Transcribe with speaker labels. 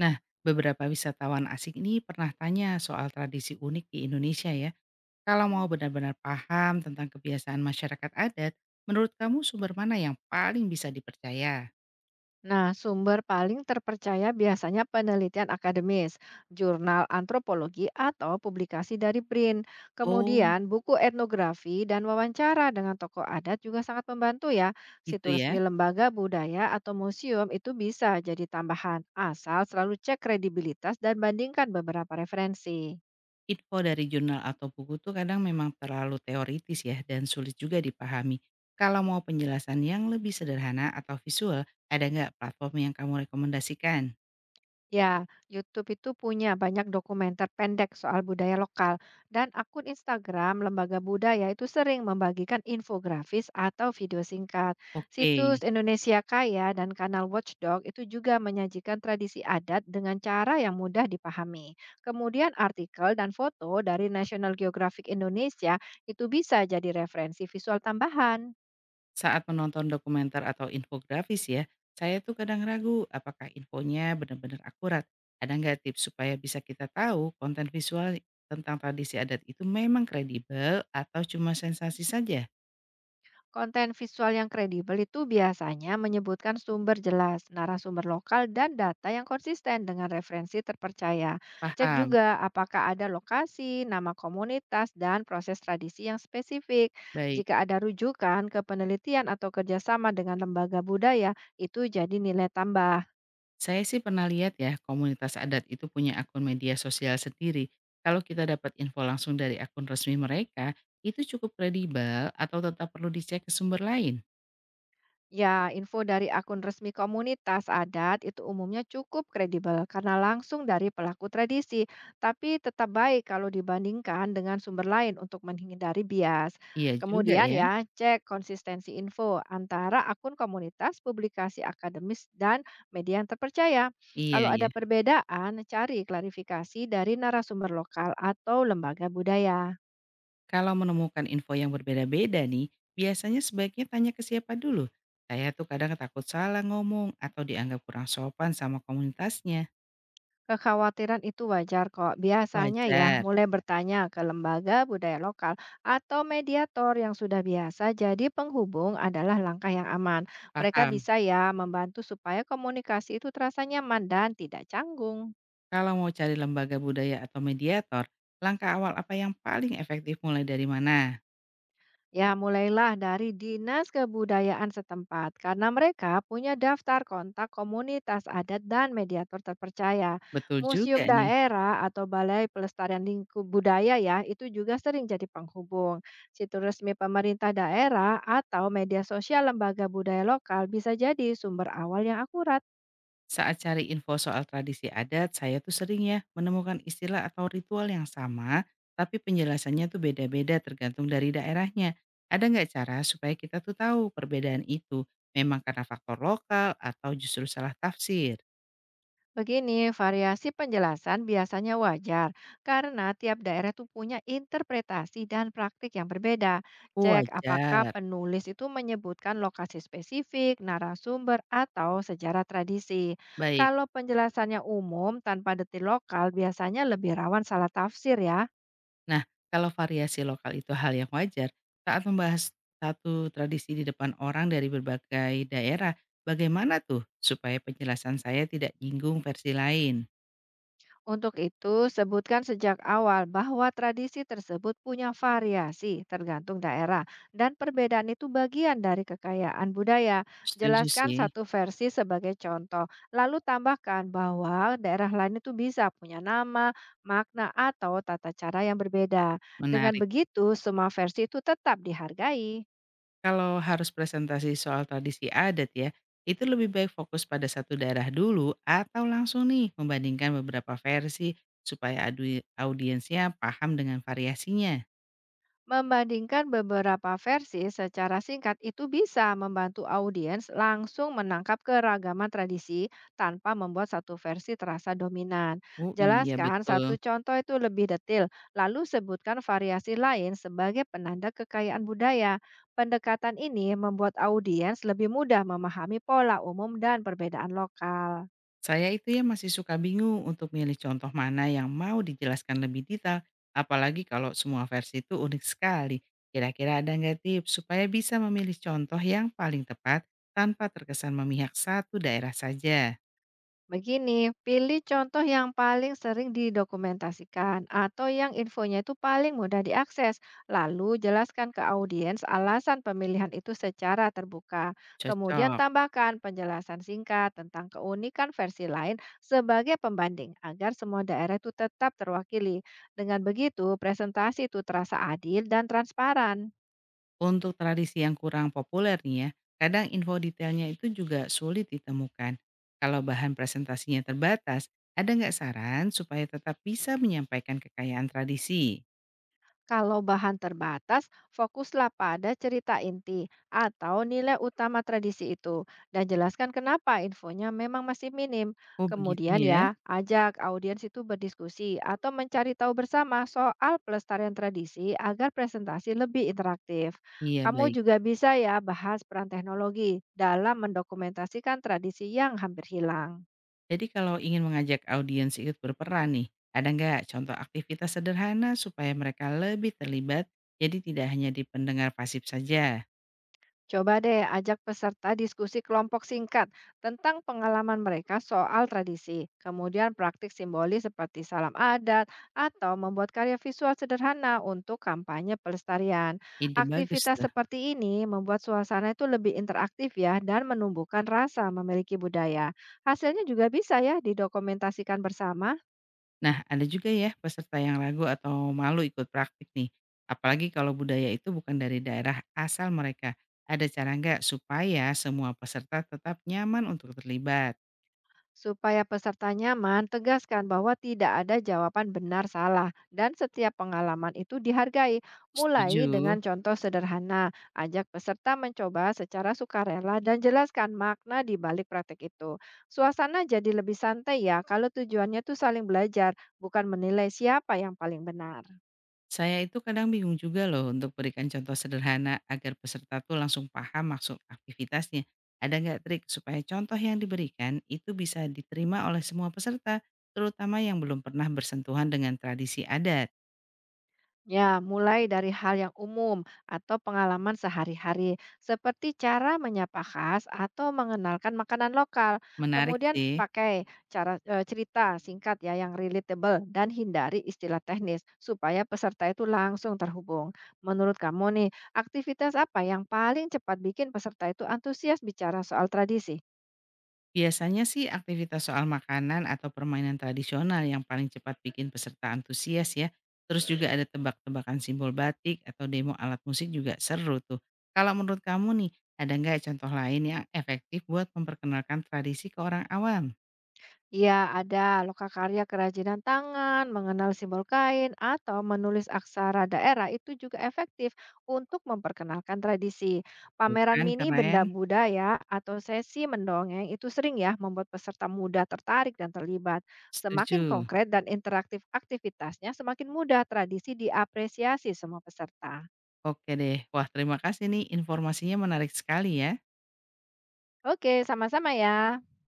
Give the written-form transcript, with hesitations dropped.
Speaker 1: Nah, beberapa wisatawan asing ini pernah tanya soal tradisi unik di Indonesia ya. Kalau mau benar-benar paham tentang kebiasaan masyarakat adat, menurut kamu sumber mana yang paling bisa dipercaya?
Speaker 2: Nah, sumber paling terpercaya biasanya penelitian akademis, jurnal antropologi, atau publikasi dari BRIN.
Speaker 1: Oh,
Speaker 2: Kemudian, buku etnografi dan wawancara dengan tokoh adat juga sangat membantu ya.
Speaker 1: gitu
Speaker 2: Situs resmi
Speaker 1: ya.
Speaker 2: lembaga budaya atau museum itu bisa jadi tambahan, asal selalu cek kredibilitas dan bandingkan beberapa referensi.
Speaker 1: Info dari jurnal atau buku tuh kadang memang terlalu teoritis ya dan sulit juga dipahami. Kalau mau penjelasan yang lebih sederhana atau visual, ada nggak platform yang kamu rekomendasikan?
Speaker 2: Ya, YouTube itu punya banyak dokumenter pendek soal budaya lokal dan akun Instagram Lembaga Budaya itu sering membagikan infografis atau video singkat. Situs
Speaker 1: Oke.
Speaker 2: Indonesia Kaya dan kanal Watchdog itu juga menyajikan tradisi adat dengan cara yang mudah dipahami. Kemudian artikel dan foto dari National Geographic Indonesia itu bisa jadi referensi visual tambahan.
Speaker 1: Saat menonton dokumenter atau infografis ya, saya tuh kadang ragu apakah infonya benar-benar akurat. Ada nggak tips supaya bisa kita tahu konten visual tentang tradisi adat itu memang kredibel atau cuma sensasi saja?
Speaker 2: Konten visual yang kredibel itu biasanya menyebutkan sumber jelas, narasumber lokal, dan data yang konsisten dengan referensi terpercaya. Cek
Speaker 1: Paham?
Speaker 2: juga apakah ada lokasi, nama komunitas, dan proses tradisi yang spesifik.
Speaker 1: Baik.
Speaker 2: Jika ada rujukan ke penelitian atau kerjasama dengan lembaga budaya, itu jadi nilai tambah.
Speaker 1: Saya sih pernah lihat ya, komunitas adat itu punya akun media sosial sendiri. Kalau kita dapat info langsung dari akun resmi mereka, itu cukup kredibel atau tetap perlu dicek ke sumber lain?
Speaker 2: Ya, info dari akun resmi komunitas adat itu umumnya cukup kredibel karena langsung dari pelaku tradisi, tapi tetap baik kalau dibandingkan dengan sumber lain untuk menghindari bias.
Speaker 1: Iya juga
Speaker 2: Kemudian
Speaker 1: ya.
Speaker 2: ya, cek konsistensi info antara akun komunitas, publikasi akademis, dan media yang terpercaya. Kalau
Speaker 1: Iya ya.
Speaker 2: ada perbedaan, cari klarifikasi dari narasumber lokal atau lembaga budaya.
Speaker 1: Kalau menemukan info yang berbeda-beda nih, biasanya sebaiknya tanya ke siapa dulu. Saya tuh kadang takut salah ngomong atau dianggap kurang sopan sama komunitasnya.
Speaker 2: Kekhawatiran itu wajar kok. Biasanya ya
Speaker 1: Wajar,
Speaker 2: mulai bertanya ke lembaga budaya lokal atau mediator yang sudah biasa jadi penghubung adalah langkah yang aman. Mereka
Speaker 1: paham.
Speaker 2: bisa ya membantu supaya komunikasi itu terasa nyaman dan tidak canggung.
Speaker 1: Kalau mau cari lembaga budaya atau mediator, langkah awal apa yang paling efektif mulai dari mana?
Speaker 2: Ya, mulailah dari dinas kebudayaan setempat karena mereka punya daftar kontak komunitas adat dan mediator terpercaya.
Speaker 1: Betul
Speaker 2: Museum
Speaker 1: juga nih.
Speaker 2: daerah atau Balai Pelestarian Lingkup Budaya ya, itu juga sering jadi penghubung. Situs resmi pemerintah daerah atau media sosial lembaga budaya lokal bisa jadi sumber awal yang akurat.
Speaker 1: Saat cari info soal tradisi adat, saya tuh sering ya menemukan istilah atau ritual yang sama, tapi penjelasannya tuh beda-beda tergantung dari daerahnya. Ada nggak cara supaya kita tuh tahu perbedaan itu memang karena faktor lokal atau justru salah tafsir?
Speaker 2: Begini, variasi penjelasan biasanya wajar karena tiap daerah itu punya interpretasi dan praktik yang berbeda.
Speaker 1: Oh,
Speaker 2: Cek apakah
Speaker 1: wajar.
Speaker 2: penulis itu menyebutkan lokasi spesifik, narasumber, atau sejarah tradisi.
Speaker 1: Baik.
Speaker 2: Kalau penjelasannya umum tanpa detil lokal, biasanya lebih rawan salah tafsir ya.
Speaker 1: Nah, kalau variasi lokal itu hal yang wajar, saat membahas satu tradisi di depan orang dari berbagai daerah, bagaimana tuh supaya penjelasan saya tidak nyinggung versi lain?
Speaker 2: Untuk itu, sebutkan sejak awal bahwa tradisi tersebut punya variasi tergantung daerah dan perbedaan itu bagian dari kekayaan budaya.
Speaker 1: Setuju
Speaker 2: Jelaskan
Speaker 1: sih.
Speaker 2: satu versi sebagai contoh, lalu tambahkan bahwa daerah lain itu bisa punya nama, makna, atau tata cara yang berbeda. Dengan
Speaker 1: Menarik.
Speaker 2: begitu, semua versi itu tetap dihargai.
Speaker 1: Kalau harus presentasi soal tradisi adat ya, itu lebih baik fokus pada satu daerah dulu atau langsung nih membandingkan beberapa versi supaya adu audiensnya paham dengan variasinya.
Speaker 2: Membandingkan beberapa versi secara singkat itu bisa membantu audiens langsung menangkap keragaman tradisi tanpa membuat satu versi terasa dominan.
Speaker 1: Oh iya
Speaker 2: Jelaskan
Speaker 1: betul.
Speaker 2: satu contoh itu lebih detail, lalu sebutkan variasi lain sebagai penanda kekayaan budaya. Pendekatan ini membuat audiens lebih mudah memahami pola umum dan perbedaan lokal.
Speaker 1: Saya itu ya masih suka bingung untuk milih contoh mana yang mau dijelaskan lebih detail, apalagi kalau semua versi itu unik sekali. Kira-kira ada nggak tips supaya bisa memilih contoh yang paling tepat tanpa terkesan memihak satu daerah saja?
Speaker 2: Begini, pilih contoh yang paling sering didokumentasikan atau yang infonya itu paling mudah diakses. Lalu jelaskan ke audiens alasan pemilihan itu secara terbuka. Kemudian
Speaker 1: Cocok.
Speaker 2: tambahkan penjelasan singkat tentang keunikan versi lain sebagai pembanding agar semua daerah itu tetap terwakili. Dengan begitu, presentasi itu terasa adil dan transparan.
Speaker 1: Untuk tradisi yang kurang populer nih ya, kadang info detailnya itu juga sulit ditemukan. Kalau bahan presentasinya terbatas, ada nggak saran supaya tetap bisa menyampaikan kekayaan tradisi?
Speaker 2: Kalau bahan terbatas, fokuslah pada cerita inti atau nilai utama tradisi itu dan jelaskan kenapa infonya memang masih minim.
Speaker 1: Oh begitu
Speaker 2: Kemudian
Speaker 1: ya?
Speaker 2: ya, ajak audiens itu berdiskusi atau mencari tahu bersama soal pelestarian tradisi agar presentasi lebih interaktif.
Speaker 1: Iya
Speaker 2: Kamu
Speaker 1: baik.
Speaker 2: juga bisa ya bahas peran teknologi dalam mendokumentasikan tradisi yang hampir hilang.
Speaker 1: Jadi kalau ingin mengajak audiens ikut berperan nih, ada nggak contoh aktivitas sederhana supaya mereka lebih terlibat, jadi tidak hanya di pendengar pasif saja?
Speaker 2: Coba deh ajak peserta diskusi kelompok singkat tentang pengalaman mereka soal tradisi, kemudian praktik simbolis seperti salam adat, atau membuat karya visual sederhana untuk kampanye pelestarian.
Speaker 1: Ide bagus
Speaker 2: Aktivitas
Speaker 1: tuh.
Speaker 2: seperti ini membuat suasana itu lebih interaktif ya dan menumbuhkan rasa memiliki budaya. Hasilnya juga bisa ya didokumentasikan bersama.
Speaker 1: Nah, ada juga ya peserta yang ragu atau malu ikut praktik nih. Apalagi kalau budaya itu bukan dari daerah asal mereka. Ada cara nggak supaya semua peserta tetap nyaman untuk terlibat?
Speaker 2: Supaya peserta nyaman, tegaskan bahwa tidak ada jawaban benar salah dan setiap pengalaman itu dihargai. Mulai dengan
Speaker 1: Setuju.
Speaker 2: contoh sederhana, ajak peserta mencoba secara sukarela dan jelaskan makna di balik praktek itu. Suasana jadi lebih santai ya kalau tujuannya tuh saling belajar, bukan menilai siapa yang paling benar.
Speaker 1: Saya itu kadang bingung juga loh untuk berikan contoh sederhana agar peserta tuh langsung paham maksud aktivitasnya. Ada nggak trik supaya contoh yang diberikan itu bisa diterima oleh semua peserta, terutama yang belum pernah bersentuhan dengan tradisi adat?
Speaker 2: Ya, mulai dari hal yang umum atau pengalaman sehari-hari, seperti cara menyapa khas atau mengenalkan makanan lokal.
Speaker 1: Menarik
Speaker 2: Kemudian
Speaker 1: sih.
Speaker 2: pakai cara cerita singkat ya yang relatable dan hindari istilah teknis supaya peserta itu langsung terhubung. Menurut kamu nih, aktivitas apa yang paling cepat bikin peserta itu antusias bicara soal tradisi?
Speaker 1: Biasanya sih aktivitas soal makanan atau permainan tradisional yang paling cepat bikin peserta antusias ya. Terus juga ada tebak-tebakan simbol batik atau demo alat musik juga seru tuh. Kalau menurut kamu nih, ada nggak contoh lain yang efektif buat memperkenalkan tradisi ke orang awam?
Speaker 2: Iya, ada lokakarya kerajinan tangan, mengenal simbol kain, atau menulis aksara daerah itu juga efektif untuk memperkenalkan tradisi. Pameran
Speaker 1: Bukan
Speaker 2: mini
Speaker 1: keren?
Speaker 2: benda budaya atau sesi mendongeng itu sering ya membuat peserta muda tertarik dan terlibat. Semakin
Speaker 1: Setuju.
Speaker 2: konkret dan interaktif aktivitasnya, semakin mudah tradisi diapresiasi semua peserta.
Speaker 1: Oke deh. Wah, terima kasih nih, informasinya menarik sekali ya.
Speaker 2: Oke, sama-sama ya.